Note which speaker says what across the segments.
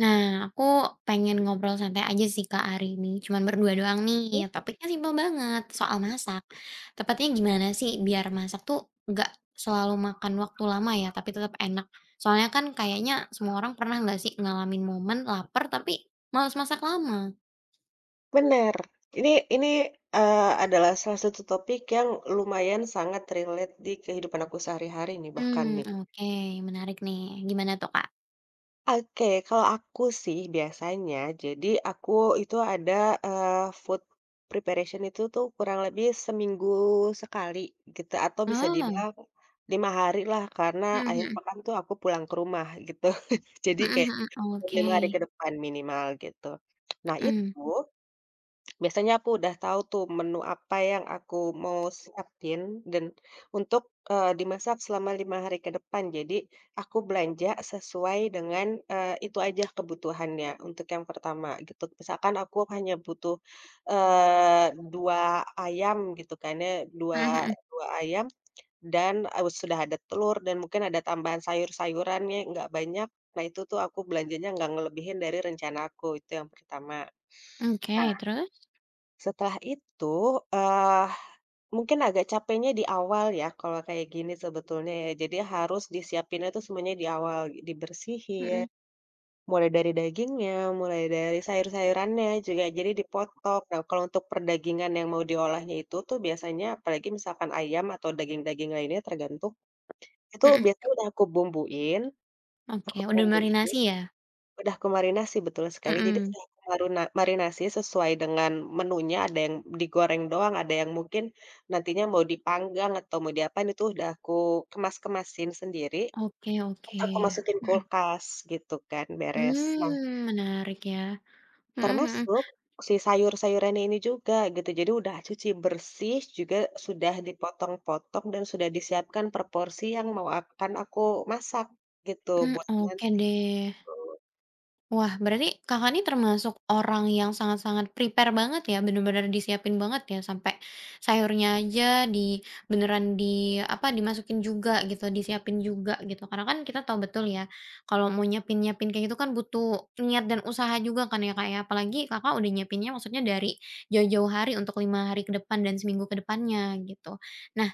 Speaker 1: Nah, aku pengen ngobrol santai aja sih Kak hari ini, cuman berdua doang
Speaker 2: Mhm,
Speaker 1: nih. Topiknya simpel banget, soal masak. Tepatnya gimana sih biar masak tuh nggak selalu makan waktu lama ya, tapi tetap enak. Soalnya kan kayaknya semua orang pernah nggak sih ngalamin momen lapar tapi males masak lama.
Speaker 2: bener. Ini adalah salah satu topik yang lumayan sangat relate di kehidupan aku sehari-hari nih bahkan
Speaker 1: Hmm,
Speaker 2: nih.
Speaker 1: oke, menarik nih. Gimana tuh Kak?
Speaker 2: Oke, kalau aku sih biasanya jadi aku itu ada, eee, food preparation itu tuh kurang lebih seminggu sekali gitu atau bisa
Speaker 1: Oh,
Speaker 2: dibilang 5 hari lah karena
Speaker 1: mhm
Speaker 2: akhir
Speaker 1: mhm,
Speaker 2: pekan tuh aku pulang ke rumah gitu. Jadi
Speaker 1: mhm
Speaker 2: kayak
Speaker 1: mhm, oke,
Speaker 2: 5 hari ke depan minimal gitu. Nah
Speaker 1: mhm,
Speaker 2: itu, biasanya aku udah tahu tuh menu apa yang aku mau siapin dan untuk, dimasak selama 5 hari ke depan. Jadi aku belanja sesuai dengan, itu aja kebutuhannya untuk yang pertama gitu. Misalkan aku hanya butuh, 2 ayam gitu kan ya,
Speaker 1: mhm mhm.
Speaker 2: 2 ayam dan, sudah ada telur dan mungkin ada tambahan sayur-sayurannya nggak banyak. Nah itu tuh aku belanjanya nggak ngelebihin dari rencana aku, itu yang pertama.
Speaker 1: Oke, terus?
Speaker 2: Setelah itu, eee, mungkin agak capeknya di awal ya kalau kayak gini sebetulnya ya, jadi harus disiapinnya itu semuanya di awal, dibersihin,
Speaker 1: Mhm,
Speaker 2: mulai dari dagingnya, mulai dari sayur-sayurannya juga jadi dipotong. Nah, kalau untuk perdagingan yang mau diolahnya itu tuh biasanya apalagi misalkan ayam atau daging-daging lainnya tergantung, itu
Speaker 1: mhm,
Speaker 2: biasanya udah aku bumbuin
Speaker 1: oke,
Speaker 2: aku
Speaker 1: udah marinasi
Speaker 2: bumbuin
Speaker 1: ya?
Speaker 2: udah kumarinasi, betul sekali. Jadi
Speaker 1: Mhm.
Speaker 2: udah marinasi sesuai dengan menunya, ada yang digoreng doang, ada yang mungkin nantinya mau dipanggang atau mau diapain itu udah aku kemas-kemasin sendiri,
Speaker 1: Oke,
Speaker 2: terus
Speaker 1: oke.
Speaker 2: aku masukin
Speaker 1: Mhm.
Speaker 2: kulkas gitu kan,
Speaker 1: Mhm.
Speaker 2: beres. Nah,
Speaker 1: Mmm, menarik ya. Mhm mhm.
Speaker 2: termasuk si sayur-sayurannya ini juga gitu, jadi udah cuci bersih, juga sudah dipotong-potong dan sudah disiapkan per porsi yang mau akan aku masak gitu
Speaker 1: Mmm,
Speaker 2: buat
Speaker 1: oke
Speaker 2: nanti.
Speaker 1: deh. Wah, berarti Kakak ini termasuk orang yang sangat-sangat prepare banget ya, bener-bener disiapin banget ya, sampai sayurnya aja di beneran di apa, dimasukin juga gitu, disiapin juga gitu. Karena kan kita tahu betul ya, kalau mau nyiapin-nyiapin kayak gitu kan butuh niat dan usaha juga kan ya Kak ya. Apalagi Kakak udah nyiapinnya maksudnya dari jauh-jauh hari untuk 5 hari ke depan dan seminggu ke depannya gitu. Nah,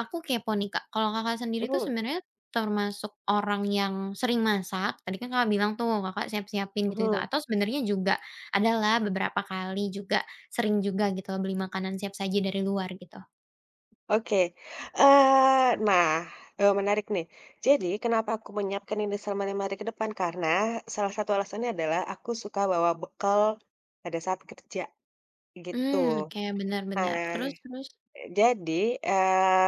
Speaker 1: aku kepo nih Kak, kalau Kakak sendiri tuh
Speaker 2: Mhm,
Speaker 1: sebenarnya termasuk orang yang sering masak, tadi kan Kakak bilang tuh Kakak siap-siapin gitu-gitu,
Speaker 2: mhm.
Speaker 1: atau sebenarnya juga adalah beberapa kali juga sering juga gitu loh beli makanan siap saji dari luar gitu?
Speaker 2: Oke, nah, menarik nih. Jadi kenapa aku menyiapkan ini selama 5 hari ke depan, karena salah satu alasannya adalah aku suka bawa bekal pada saat kerja, gitu.
Speaker 1: Mmm, oke, benar
Speaker 2: Nah,
Speaker 1: benar. Terus, terus?
Speaker 2: jadi, eee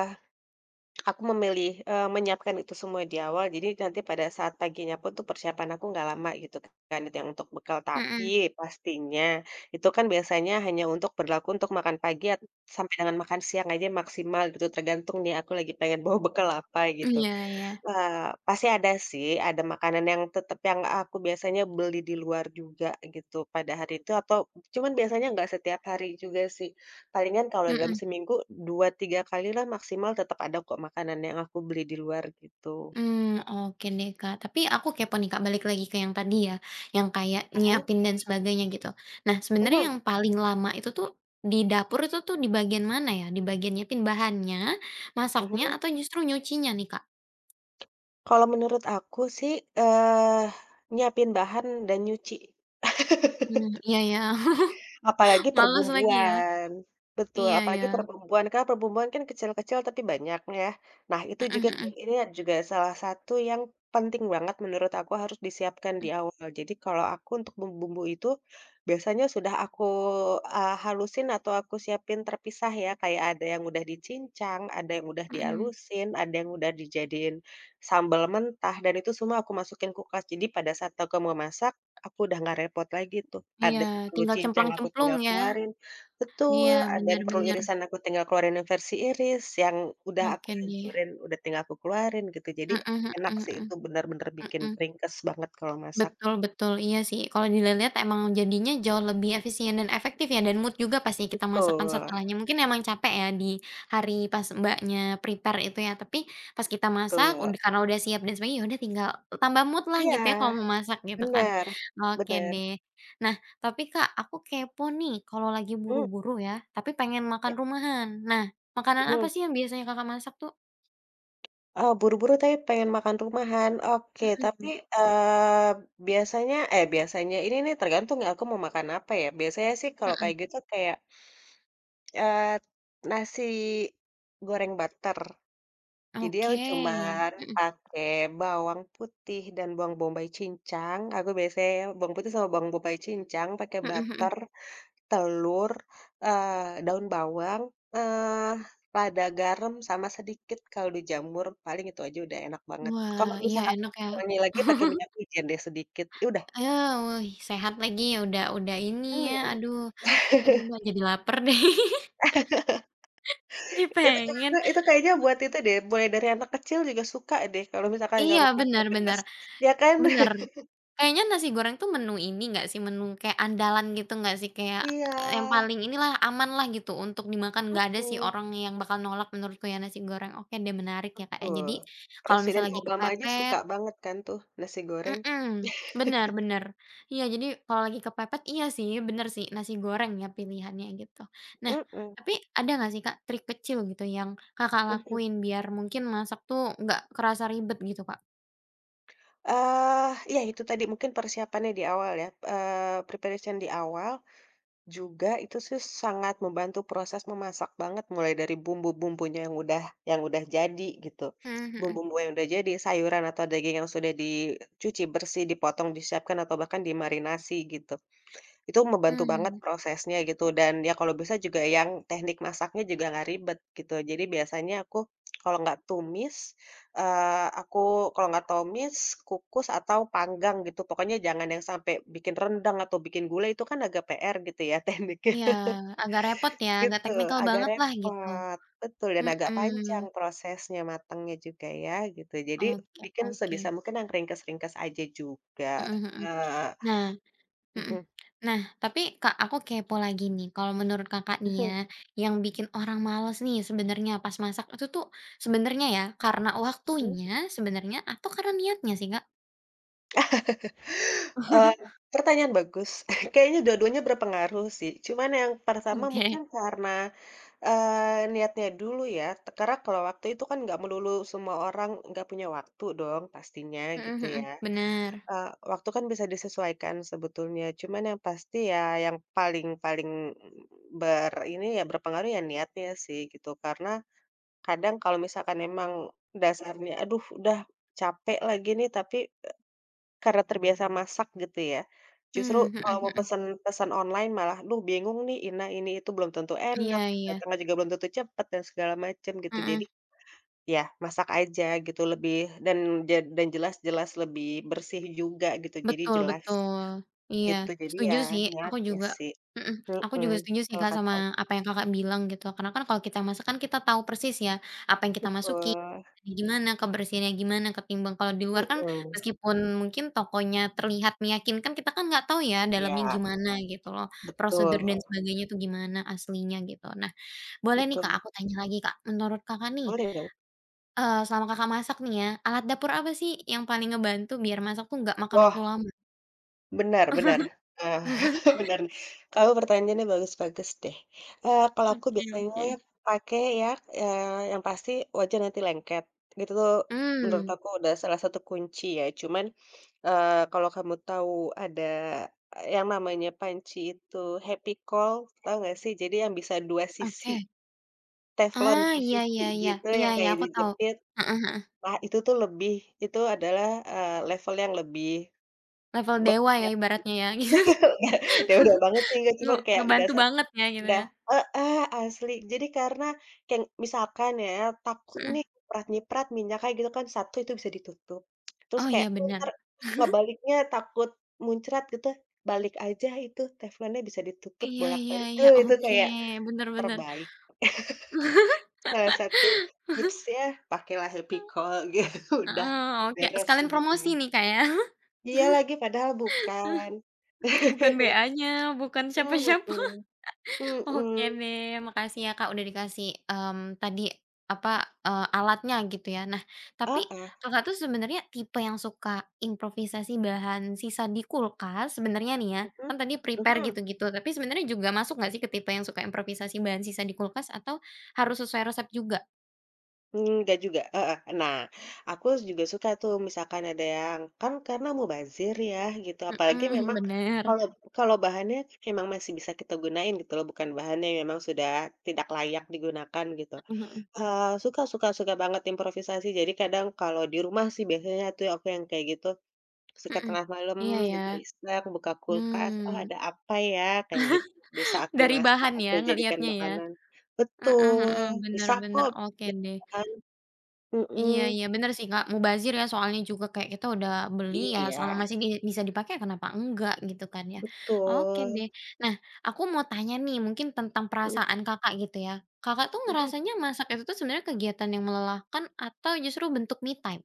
Speaker 2: aku memilih, menyiapkan itu semua di awal, jadi nanti pada saat paginya pun tuh persiapan aku nggak lama gitu kan, itu yang untuk bekal. Tapi
Speaker 1: Mhm,
Speaker 2: pastinya itu kan biasanya hanya untuk berlaku untuk makan pagi sampai dengan makan siang aja maksimal gitu, tergantung nih aku lagi pengen bawa bekal apa gitu.
Speaker 1: iya iya,
Speaker 2: Pasti ada sih, ada makanan yang tetep yang aku biasanya beli di luar juga gitu pada hari itu atau cuman biasanya nggak setiap hari juga sih. Palingan kalau dalam
Speaker 1: mhm.
Speaker 2: seminggu 2, 3 kalilah maksimal tetep ada kok makanan yang aku beli di luar gitu.
Speaker 1: Mmm, oke deh, Kak. Tapi aku kepo nih, Kak, balik lagi ke yang tadi ya, yang kayak
Speaker 2: Hai,
Speaker 1: nyiapin dan sebagainya gitu. Nah, sebenarnya yang
Speaker 2: mhm,
Speaker 1: paling lama itu tuh di dapur itu tuh di bagian mana ya? Di bagian nyiapin bahannya, masaknya,
Speaker 2: mhm.
Speaker 1: atau justru nyucinya nih, Kak?
Speaker 2: Kalau menurut aku sih, eee, nyiapin bahan dan nyuci.
Speaker 1: Mmm, iya ya,
Speaker 2: Apalagi
Speaker 1: males lagi ya.
Speaker 2: perbumbuan, betul,
Speaker 1: Iya ya.
Speaker 2: apalagi perbumbuan, karena perbumbuan kan kecil-kecil tapi banyak ya. Nah itu
Speaker 1: Mhm
Speaker 2: juga
Speaker 1: mhm
Speaker 2: ini juga salah satu yang penting banget menurut aku harus disiapkan
Speaker 1: mhm,
Speaker 2: di awal. Jadi kalau aku untuk bumbu-bumbu itu, biasanya sudah aku, halusin atau aku siapin terpisah ya, kayak ada yang udah dicincang, ada yang udah
Speaker 1: mhm.
Speaker 2: dihalusin, ada yang udah dijadiin sambal mentah dan itu semua aku masukin kulkas. Jadi pada saat aku mau masak, aku udah nggak repot lagi tuh.
Speaker 1: Iya,
Speaker 2: Ada yang perlu
Speaker 1: tinggal
Speaker 2: cincang aku
Speaker 1: cemplang-cemplung
Speaker 2: tinggal
Speaker 1: ya.
Speaker 2: keluarin
Speaker 1: Iya,
Speaker 2: betul, ada
Speaker 1: bener
Speaker 2: yang perlu
Speaker 1: bener.
Speaker 2: irisan aku tinggal keluarin yang versi iris, yang udah aku
Speaker 1: Oke deh.
Speaker 2: hancurin udah tinggal aku keluarin gitu. Jadi
Speaker 1: Mhm mhm
Speaker 2: enak sih
Speaker 1: mhm,
Speaker 2: itu bener-bener bikin
Speaker 1: mhm.
Speaker 2: ringkes banget kalau masak.
Speaker 1: Betul betul, iya sih. Kalau dilihat-lihat emang jadinya jauh lebih efisien dan efektif ya, dan mood juga pasti kita masakan
Speaker 2: Betul
Speaker 1: setelahnya. Mungkin emang capek ya di hari pas Mbaknya prepare itu ya, tapi pas kita masak
Speaker 2: betul.
Speaker 1: karena udah siap dan sebagainya, ya udah tinggal tambah mood lah gitu ya kalau
Speaker 2: Iya,
Speaker 1: mau masak gitu kan.
Speaker 2: benar,
Speaker 1: Oke
Speaker 2: benar.
Speaker 1: deh. Nah, tapi Kak, aku kepo nih kalau lagi
Speaker 2: Hmm,
Speaker 1: buru-buru ya, tapi pengen makan
Speaker 2: ya,
Speaker 1: rumahan. Nah, makanan apa
Speaker 2: mhm.
Speaker 1: sih yang biasanya Kakak masak tuh?
Speaker 2: Oh, buru-buru tapi pengen makan rumahan. Oke, tapi,
Speaker 1: Mhm,
Speaker 2: eee, biasanya eh, biasanya ini nih tergantung ya aku mau makan apa ya. Biasanya sih kalau kayak
Speaker 1: mhm.
Speaker 2: gitu kayak Eee, nasi goreng butter. Jadi aku
Speaker 1: Oke.
Speaker 2: cuman
Speaker 1: Mhm,
Speaker 2: pakai bawang putih dan bawang bombay cincang, aku biasanya bawang putih sama bawang bombay cincang, pakai
Speaker 1: mhm mhm.
Speaker 2: butter, telur, daun bawang, eee, lada garam sama sedikit kaldu jamur, paling itu aja udah enak banget.
Speaker 1: Wah,
Speaker 2: Kalau
Speaker 1: iya
Speaker 2: misalkan
Speaker 1: enak ya.
Speaker 2: wangi lagi pakai minyak wijen deh sedikit, ya udah,
Speaker 1: Eee, wih sehat lagi ya udah ini ya,
Speaker 2: mmm.
Speaker 1: aduh aduh Mbak jadi lapar deh, jadi pengen.
Speaker 2: Itu kayaknya buat itu deh, mulai dari anak kecil juga suka deh kalau misalkan nggak
Speaker 1: Iya
Speaker 2: mau pakai pedas,
Speaker 1: benar-benar,
Speaker 2: ya kan?
Speaker 1: benar. Benar. Kayaknya nasi goreng tuh menu ini nggak sih, menu kayak andalan gitu nggak sih? Kayak,
Speaker 2: Iya,
Speaker 1: yang paling inilah, aman lah gitu untuk dimakan, nggak ada sih
Speaker 2: mhm,
Speaker 1: orang yang bakal nolak menurutku ya nasi goreng. Oke deh, menarik ya, Kak, ya.
Speaker 2: betul.
Speaker 1: Jadi kalau misal
Speaker 2: Presiden
Speaker 1: lagi
Speaker 2: Obama aja
Speaker 1: kepepet,
Speaker 2: suka banget kan tuh nasi goreng.
Speaker 1: mhm, bener bener. Iya, jadi kalau lagi kepepet iya sih, bener sih, nasi goreng ya pilihannya gitu. Nah,
Speaker 2: Mhm,
Speaker 1: tapi ada nggak sih Kak, trik kecil gitu yang Kakak
Speaker 2: mhm.
Speaker 1: lakuin biar mungkin masak tuh nggak kerasa ribet gitu, Kak?
Speaker 2: Iya itu tadi mungkin persiapannya di awal ya, preparation di awal juga itu sih sangat membantu proses memasak banget mulai dari bumbu-bumbunya yang udah jadi gitu.
Speaker 1: Mhm mhm.
Speaker 2: Bumbu-bumbu yang udah jadi, sayuran atau daging yang sudah dicuci bersih, dipotong, disiapkan atau bahkan dimarinasi gitu. Itu membantu banget
Speaker 1: Mmm,
Speaker 2: prosesnya gitu dan ya kalau bisa juga yang teknik masaknya juga nggak ribet gitu. Jadi biasanya aku kalau nggak tumis, eee, aku kalau nggak tumis, kukus atau panggang gitu. Pokoknya jangan yang sampai bikin rendang atau bikin gulai itu kan agak PR gitu ya tekniknya,
Speaker 1: iya, agak repot ya, agak
Speaker 2: gitu.
Speaker 1: teknikal
Speaker 2: Agak
Speaker 1: banget lah gitu.
Speaker 2: repot, betul dan agak panjang
Speaker 1: Mhm,
Speaker 2: prosesnya matangnya juga ya gitu. Jadi
Speaker 1: oke,
Speaker 2: bikin
Speaker 1: oke.
Speaker 2: sebisa mungkin yang ringkes-ringkes aja juga,
Speaker 1: Mhm mhm.
Speaker 2: eee,
Speaker 1: Nah, mhm. Nah, tapi Kak, aku kepo lagi nih, kalau menurut Kakak nih ya, yang bikin orang males nih sebenarnya pas masak itu tuh sebenarnya ya, karena waktunya sebenarnya atau karena niatnya sih, Kak?
Speaker 2: Eee, pertanyaan bagus. Kayaknya dua-duanya berpengaruh sih. Cuman yang pertama
Speaker 1: Oke.
Speaker 2: mungkin karena, niatnya dulu ya. Karena kalau waktu itu kan nggak melulu semua orang nggak punya waktu dong pastinya
Speaker 1: Mhm
Speaker 2: gitu
Speaker 1: mhm,
Speaker 2: ya.
Speaker 1: bener.
Speaker 2: Waktu kan bisa disesuaikan sebetulnya. Cuman yang pasti ya yang paling paling berpengaruh ya niatnya sih gitu. Karena kadang kalau misalkan emang dasarnya, "Aduh udah capek lagi nih," tapi karena terbiasa masak gitu ya. Justru
Speaker 1: Mmm, mhm
Speaker 2: kalau mau
Speaker 1: mhm.
Speaker 2: pesan pesan online malah, "Duh bingung nih, ini itu belum tentu enak,
Speaker 1: Iya
Speaker 2: terus
Speaker 1: iya.
Speaker 2: datangnya juga belum tentu cepet dan segala macem," gitu. Jadi, ya masak aja gitu lebih dan dan jelas-jelas lebih bersih juga gitu, jadi
Speaker 1: Betul
Speaker 2: jelas
Speaker 1: betul. Iya,
Speaker 2: gitu. Jadi
Speaker 1: setuju
Speaker 2: ya
Speaker 1: sih, aku
Speaker 2: niatnya
Speaker 1: juga,
Speaker 2: sih.
Speaker 1: mhm, aku juga
Speaker 2: Mhm,
Speaker 1: setuju sih,
Speaker 2: kalau
Speaker 1: Kak,
Speaker 2: kata
Speaker 1: sama
Speaker 2: aku
Speaker 1: apa yang Kakak bilang gitu, karena kan kalau kita masak kan kita tahu persis ya, apa yang kita
Speaker 2: betul,
Speaker 1: masukin, gimana, kebersihannya gimana, ketimbang kalau di luar kan
Speaker 2: mhm,
Speaker 1: meskipun mungkin tokonya terlihat meyakinkan, kita kan nggak tahu ya dalamnya
Speaker 2: iya
Speaker 1: gimana gitu loh, prosedur dan
Speaker 2: betul
Speaker 1: sebagainya tuh gimana aslinya gitu. Nah, boleh nih, Kak,
Speaker 2: betul.
Speaker 1: aku tanya lagi, Kak, menurut Kakak nih,
Speaker 2: Boleh dong.
Speaker 1: selama Kakak masak nih ya, alat dapur apa sih yang paling ngebantu biar masak tuh nggak makan waktu
Speaker 2: Wah,
Speaker 1: lama?
Speaker 2: benar benar, eee, benar nih. Kamu pertanyaannya bagus-bagus deh. Kalau aku
Speaker 1: Oke, oke.
Speaker 2: biasanya pakai ya, yang pasti wajan anti lengket. Itu tuh menurut
Speaker 1: Hmm,
Speaker 2: aku udah salah satu kunci ya. Cuman, kalau kamu tahu ada yang namanya panci itu happy coil, tahu nggak sih? Jadi yang bisa 2 sisi,
Speaker 1: oke.
Speaker 2: teflon
Speaker 1: Ah,
Speaker 2: 2
Speaker 1: iya
Speaker 2: sisi
Speaker 1: iya iya.
Speaker 2: gitu
Speaker 1: Iya
Speaker 2: yang
Speaker 1: iya,
Speaker 2: kayak
Speaker 1: aku tahu.
Speaker 2: dijepit.
Speaker 1: Heeh heeh.
Speaker 2: Nah, itu tuh lebih itu adalah, level yang lebih
Speaker 1: Level dewa
Speaker 2: bagus
Speaker 1: ya
Speaker 2: ya.
Speaker 1: ibaratnya ya.
Speaker 2: Dewa dewa banget sih, enggak,
Speaker 1: Nge
Speaker 2: cuman kayak udah
Speaker 1: ngebantu
Speaker 2: sa
Speaker 1: banget ya gitu
Speaker 2: udah
Speaker 1: ya.
Speaker 2: heeh, asli. Jadi karena kayak misalkan ya, takut
Speaker 1: Heeh.
Speaker 2: nih nyiprat-nyiprat minyaknya gitu kan, satu itu bisa ditutup. Terus
Speaker 1: Oh,
Speaker 2: kayak
Speaker 1: iya
Speaker 2: aku
Speaker 1: benar.
Speaker 2: entar ngebaliknya takut muncrat gitu, balik aja itu teflonnya bisa ditutup
Speaker 1: Iya iya
Speaker 2: bolak-balik,
Speaker 1: iya,
Speaker 2: itu
Speaker 1: oke.
Speaker 2: kayak
Speaker 1: Benar-benar.
Speaker 2: terbaik. Salah satu tipsnya pakailah happy coil gitu, udah
Speaker 1: Heeh, oke.
Speaker 2: beres
Speaker 1: Sekalian
Speaker 2: hidup ini.
Speaker 1: promosi nih kayak.
Speaker 2: Iya lagi, padahal
Speaker 1: Ya.
Speaker 2: bukan.
Speaker 1: Bukan BA-nya, bukan siapa-siapa.
Speaker 2: Mhm,
Speaker 1: Oke
Speaker 2: mhm.
Speaker 1: deh, makasih ya Kak udah dikasih, tadi, apa, alatnya gitu ya. Nah, tapi
Speaker 2: Heeh,
Speaker 1: Kakak tuh sebenarnya tipe yang suka improvisasi bahan sisa di kulkas sebenarnya nih ya,
Speaker 2: mhm,
Speaker 1: kan tadi prepare
Speaker 2: mhm.
Speaker 1: gitu-gitu, tapi sebenarnya juga masuk nggak sih ke tipe yang suka improvisasi bahan sisa di kulkas atau harus sesuai resep juga?
Speaker 2: Mmm, nggak juga, heeh. Nah, aku juga suka tuh misalkan ada yang kan karena mubazir ya gitu, apalagi
Speaker 1: Mhm,
Speaker 2: memang
Speaker 1: bener,
Speaker 2: kalau kalau bahannya emang masih bisa kita gunain gitu loh, bukan bahan yang memang sudah tidak layak digunakan gitu.
Speaker 1: heeh heeh,
Speaker 2: Suka suka suka banget improvisasi, jadi kadang kalau di rumah sih biasanya tuh aku yang kayak gitu. Suka
Speaker 1: mhm,
Speaker 2: tengah malam
Speaker 1: iya ya,
Speaker 2: gitu iseng buka kulkas, "Oh,
Speaker 1: hmm,
Speaker 2: ada apa ya?" Kayak gitu. Bisa aku
Speaker 1: dari
Speaker 2: masak,
Speaker 1: bahan ya
Speaker 2: aku jadikan
Speaker 1: ngelihatnya ya?
Speaker 2: makanan.
Speaker 1: Heeh
Speaker 2: Betul,
Speaker 1: heeh, bener
Speaker 2: bisa
Speaker 1: bener,
Speaker 2: kok
Speaker 1: oke deh.
Speaker 2: bertahan.
Speaker 1: Iya
Speaker 2: Mhm.
Speaker 1: iya, bener sih, Kak, mubazir ya soalnya juga kayak kita udah beli ya selama
Speaker 2: Iya,
Speaker 1: masih di bisa dipakai kenapa enggak gitu kan ya. Oke
Speaker 2: betul.
Speaker 1: deh. Nah, aku mau tanya nih mungkin tentang
Speaker 2: Mhm,
Speaker 1: perasaan Kakak gitu ya. Kakak tuh
Speaker 2: mhm.
Speaker 1: ngerasanya masak itu tuh sebenarnya kegiatan yang melelahkan atau justru bentuk me time?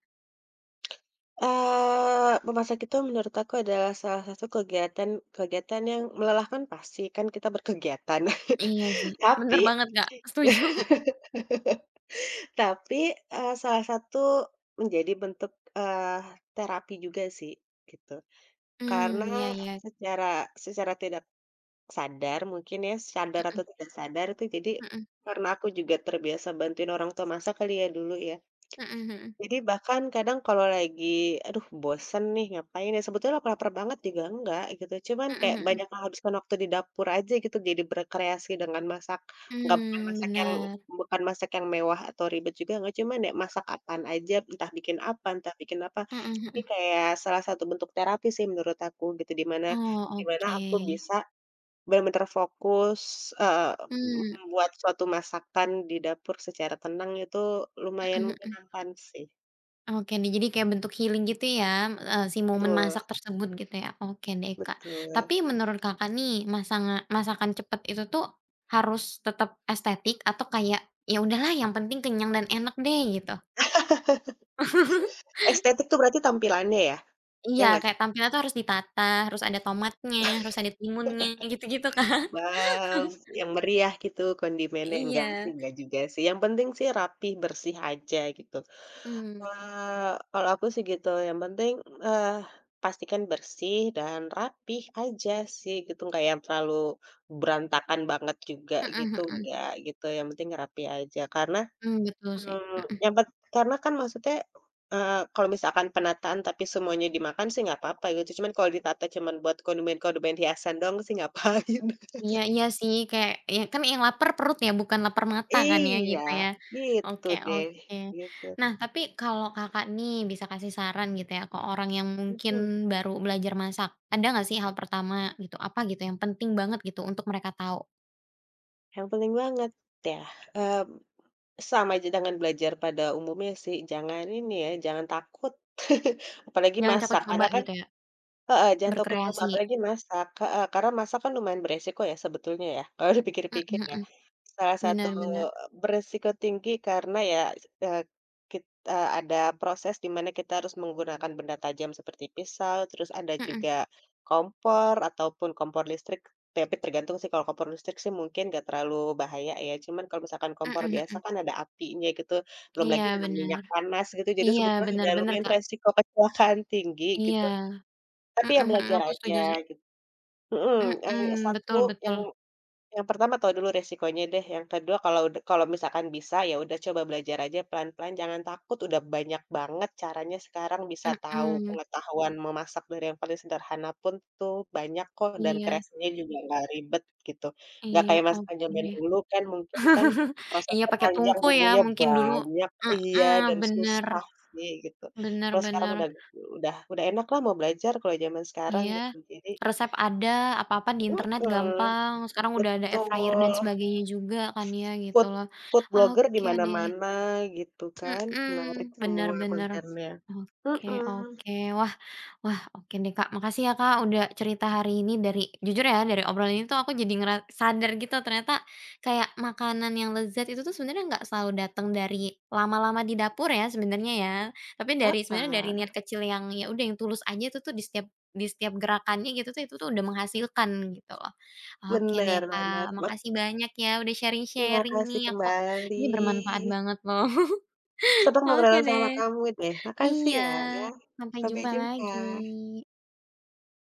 Speaker 2: Memasak itu menurut aku adalah salah satu kegiatan kegiatan yang melelahkan pasti, kan kita berkegiatan.
Speaker 1: Iya sih, bener
Speaker 2: Tapi
Speaker 1: banget, Kak, setuju.
Speaker 2: tapi, salah satu menjadi bentuk, eee, terapi juga sih, gitu.
Speaker 1: Hmm,
Speaker 2: Karena
Speaker 1: iya iya,
Speaker 2: secara secara tidak sadar mungkin ya, sadar
Speaker 1: mhm
Speaker 2: atau tidak sadar itu jadi
Speaker 1: mhm,
Speaker 2: karena aku juga terbiasa bantuin orang tua masak kali ya dulu ya.
Speaker 1: mhm mhm,
Speaker 2: Jadi bahkan kadang kalau lagi, aduh bosen nih ngapain ya, sebetulnya lapar-lapar banget juga enggak gitu, cuman
Speaker 1: mhm
Speaker 2: kayak
Speaker 1: mhm,
Speaker 2: banyak menghabiskan waktu di dapur aja gitu, jadi berkreasi dengan masak, nggak
Speaker 1: mmm, bener,
Speaker 2: bukan masak yang mewah atau ribet juga enggak, cuman ya masak apaan aja, entah bikin apa entah bikin apa.
Speaker 1: mhm mhm.
Speaker 2: Ini kayak salah satu bentuk terapi sih menurut aku gitu, di mana
Speaker 1: Oh, oke.
Speaker 2: aku bisa bener-bener fokus,
Speaker 1: Mmm,
Speaker 2: membuat suatu masakan di dapur secara tenang itu lumayan
Speaker 1: mhm mhm.
Speaker 2: menyenangkan sih.
Speaker 1: Oke deh, jadi kayak bentuk healing gitu ya, si momen
Speaker 2: Betul
Speaker 1: masak, mhm, tersebut gitu ya. Oke deh, Kak.
Speaker 2: betul.
Speaker 1: Tapi menurut Kakak nih, masakan cepet itu tuh harus tetap estetik atau kayak, "Ya udahlah yang penting kenyang dan enak deh," gitu?
Speaker 2: Estetik tuh berarti tampilannya ya? Ya
Speaker 1: Iya,
Speaker 2: nggak sih?
Speaker 1: kayak tampilan tuh harus ditata, harus ada tomatnya, harus ada timunnya, gitu-gitu, Kak.
Speaker 2: Wow, yang meriah gitu kondimennya, enggak sih,
Speaker 1: Iya.
Speaker 2: enggak juga sih, yang penting sih rapih, bersih aja gitu.
Speaker 1: Mmm,
Speaker 2: Kalau aku sih gitu, yang penting, eee, pastikan bersih dan rapih aja sih gitu, nggak yang terlalu berantakan banget juga
Speaker 1: mhm
Speaker 2: gitu,
Speaker 1: mhm.
Speaker 2: enggak gitu, yang penting rapi aja. Karena
Speaker 1: Mmm, betul sih,
Speaker 2: Mmm,
Speaker 1: mhm.
Speaker 2: yang pet karena kan maksudnya, kalau misalkan penataan tapi semuanya dimakan sih nggak apa-apa gitu, cuman kalau ditata cuman buat kondimen-kondimen hiasan doang sih ngapain.
Speaker 1: Iya iya sih, kayak ya kan yang lapar perut ya, bukan lapar mata kan ya,
Speaker 2: Iya,
Speaker 1: gitu ya.
Speaker 2: gitu
Speaker 1: Oke,
Speaker 2: deh,
Speaker 1: oke.
Speaker 2: gitu.
Speaker 1: Nah, tapi kalau Kakak nih bisa kasih saran gitu ya, ke orang yang mungkin
Speaker 2: Mhm,
Speaker 1: baru belajar masak, ada nggak sih hal pertama gitu, apa gitu yang penting banget gitu untuk mereka tahu?
Speaker 2: yang penting banget ya, mmm, sama aja dengan belajar pada umumnya sih, jangan ini ya, jangan takut apalagi
Speaker 1: Jangan takut
Speaker 2: masak,
Speaker 1: coba
Speaker 2: karena kan
Speaker 1: gitu ya,
Speaker 2: heeh, jangan takut coba
Speaker 1: berkreasi.
Speaker 2: apalagi masak, heeh, karena masak kan lumayan beresiko ya sebetulnya ya, kalau dipikir-pikir
Speaker 1: Mhm
Speaker 2: ya.
Speaker 1: mhm,
Speaker 2: Salah satu
Speaker 1: bener bener.
Speaker 2: beresiko tinggi karena ya, eee, kit eh, ada proses di mana kita harus menggunakan benda tajam seperti pisau, terus ada
Speaker 1: Mhm,
Speaker 2: juga kompor ataupun kompor listrik. Ya, tapi tergantung sih kalau kompor listrik sih mungkin nggak terlalu bahaya ya, cuman kalau misalkan kompor
Speaker 1: mhm
Speaker 2: biasa
Speaker 1: mhm.
Speaker 2: kan ada apinya gitu, belum
Speaker 1: Iya
Speaker 2: lagi dengan
Speaker 1: benar.
Speaker 2: minyak panas gitu, jadi
Speaker 1: Iya,
Speaker 2: sebetulnya
Speaker 1: benar
Speaker 2: ada
Speaker 1: benar
Speaker 2: lumayan
Speaker 1: Kak.
Speaker 2: resiko kecelakaan tinggi gitu.
Speaker 1: Iya.
Speaker 2: Tapi
Speaker 1: Mhm
Speaker 2: ya
Speaker 1: mhm,
Speaker 2: belajar
Speaker 1: aku
Speaker 2: aja
Speaker 1: setuju sih.
Speaker 2: git mhm,
Speaker 1: Mhm,
Speaker 2: satu
Speaker 1: betul
Speaker 2: yang
Speaker 1: betul.
Speaker 2: pertama tahu dulu resikonya deh, yang kedua kalau kalau misalkan bisa, ya udah coba belajar aja pelan-pelan, jangan takut udah banyak banget caranya sekarang bisa tahu
Speaker 1: Mhm,
Speaker 2: pengetahuan memasak dari yang paling sederhana pun tuh banyak kok dan
Speaker 1: iya.
Speaker 2: kreasinya juga nggak ribet gitu. Nggak
Speaker 1: Iya,
Speaker 2: kayak masakan
Speaker 1: oke
Speaker 2: zaman
Speaker 1: deh.
Speaker 2: dulu kan mungkin kan
Speaker 1: Iya,
Speaker 2: prosesnya
Speaker 1: pakai
Speaker 2: panjang,
Speaker 1: tungku ya,
Speaker 2: bumbunya
Speaker 1: mungkin dulu,
Speaker 2: banyak
Speaker 1: heeh,
Speaker 2: iya, dan
Speaker 1: bener
Speaker 2: susah sih gitu.
Speaker 1: bener
Speaker 2: Kalau sekarang
Speaker 1: bener.
Speaker 2: udah udah enak lah mau belajar kalau zaman sekarang
Speaker 1: Iya,
Speaker 2: gitu, jadi
Speaker 1: resep ada, apa-apa di internet
Speaker 2: mhm,
Speaker 1: gampang, sekarang udah ada air fryer dan
Speaker 2: betul.
Speaker 1: sebagainya juga kan ya, gitu
Speaker 2: Food
Speaker 1: loh.
Speaker 2: food blogger di
Speaker 1: Oke deh,
Speaker 2: mana-mana gitu kan, menarik
Speaker 1: mhm, bener
Speaker 2: semua
Speaker 1: bener.
Speaker 2: kontennya.
Speaker 1: Oke,
Speaker 2: Mhm,
Speaker 1: oke. Wah, wah, oke deh, Kak. Makasih ya, Kak, udah cerita hari ini dari jujur ya, dari obrolan ini tuh aku jadi sadar gitu, ternyata kayak makanan yang lezat itu tuh sebenarnya nggak selalu datang dari lama-lama di dapur ya sebenarnya ya. Tapi sebenarnya dari
Speaker 2: heeh,
Speaker 1: niat kecil yang ya udah yang tulus aja itu tuh di setiap gerakannya gitu tuh, itu tuh udah menghasilkan gitu loh. Oke deh,
Speaker 2: bener
Speaker 1: Kak,
Speaker 2: bener.
Speaker 1: makasih banyak ya udah
Speaker 2: Terima
Speaker 1: sharing-sharing
Speaker 2: kasih
Speaker 1: nih, aku
Speaker 2: kembali.
Speaker 1: ini bermanfaat banget loh.
Speaker 2: Senang
Speaker 1: Oke
Speaker 2: ngobrol
Speaker 1: deh.
Speaker 2: sama kamu deh, makasih
Speaker 1: Iya,
Speaker 2: ya. Ya.
Speaker 1: sampai
Speaker 2: Sampai
Speaker 1: jumpa
Speaker 2: jumpa.
Speaker 1: lagi.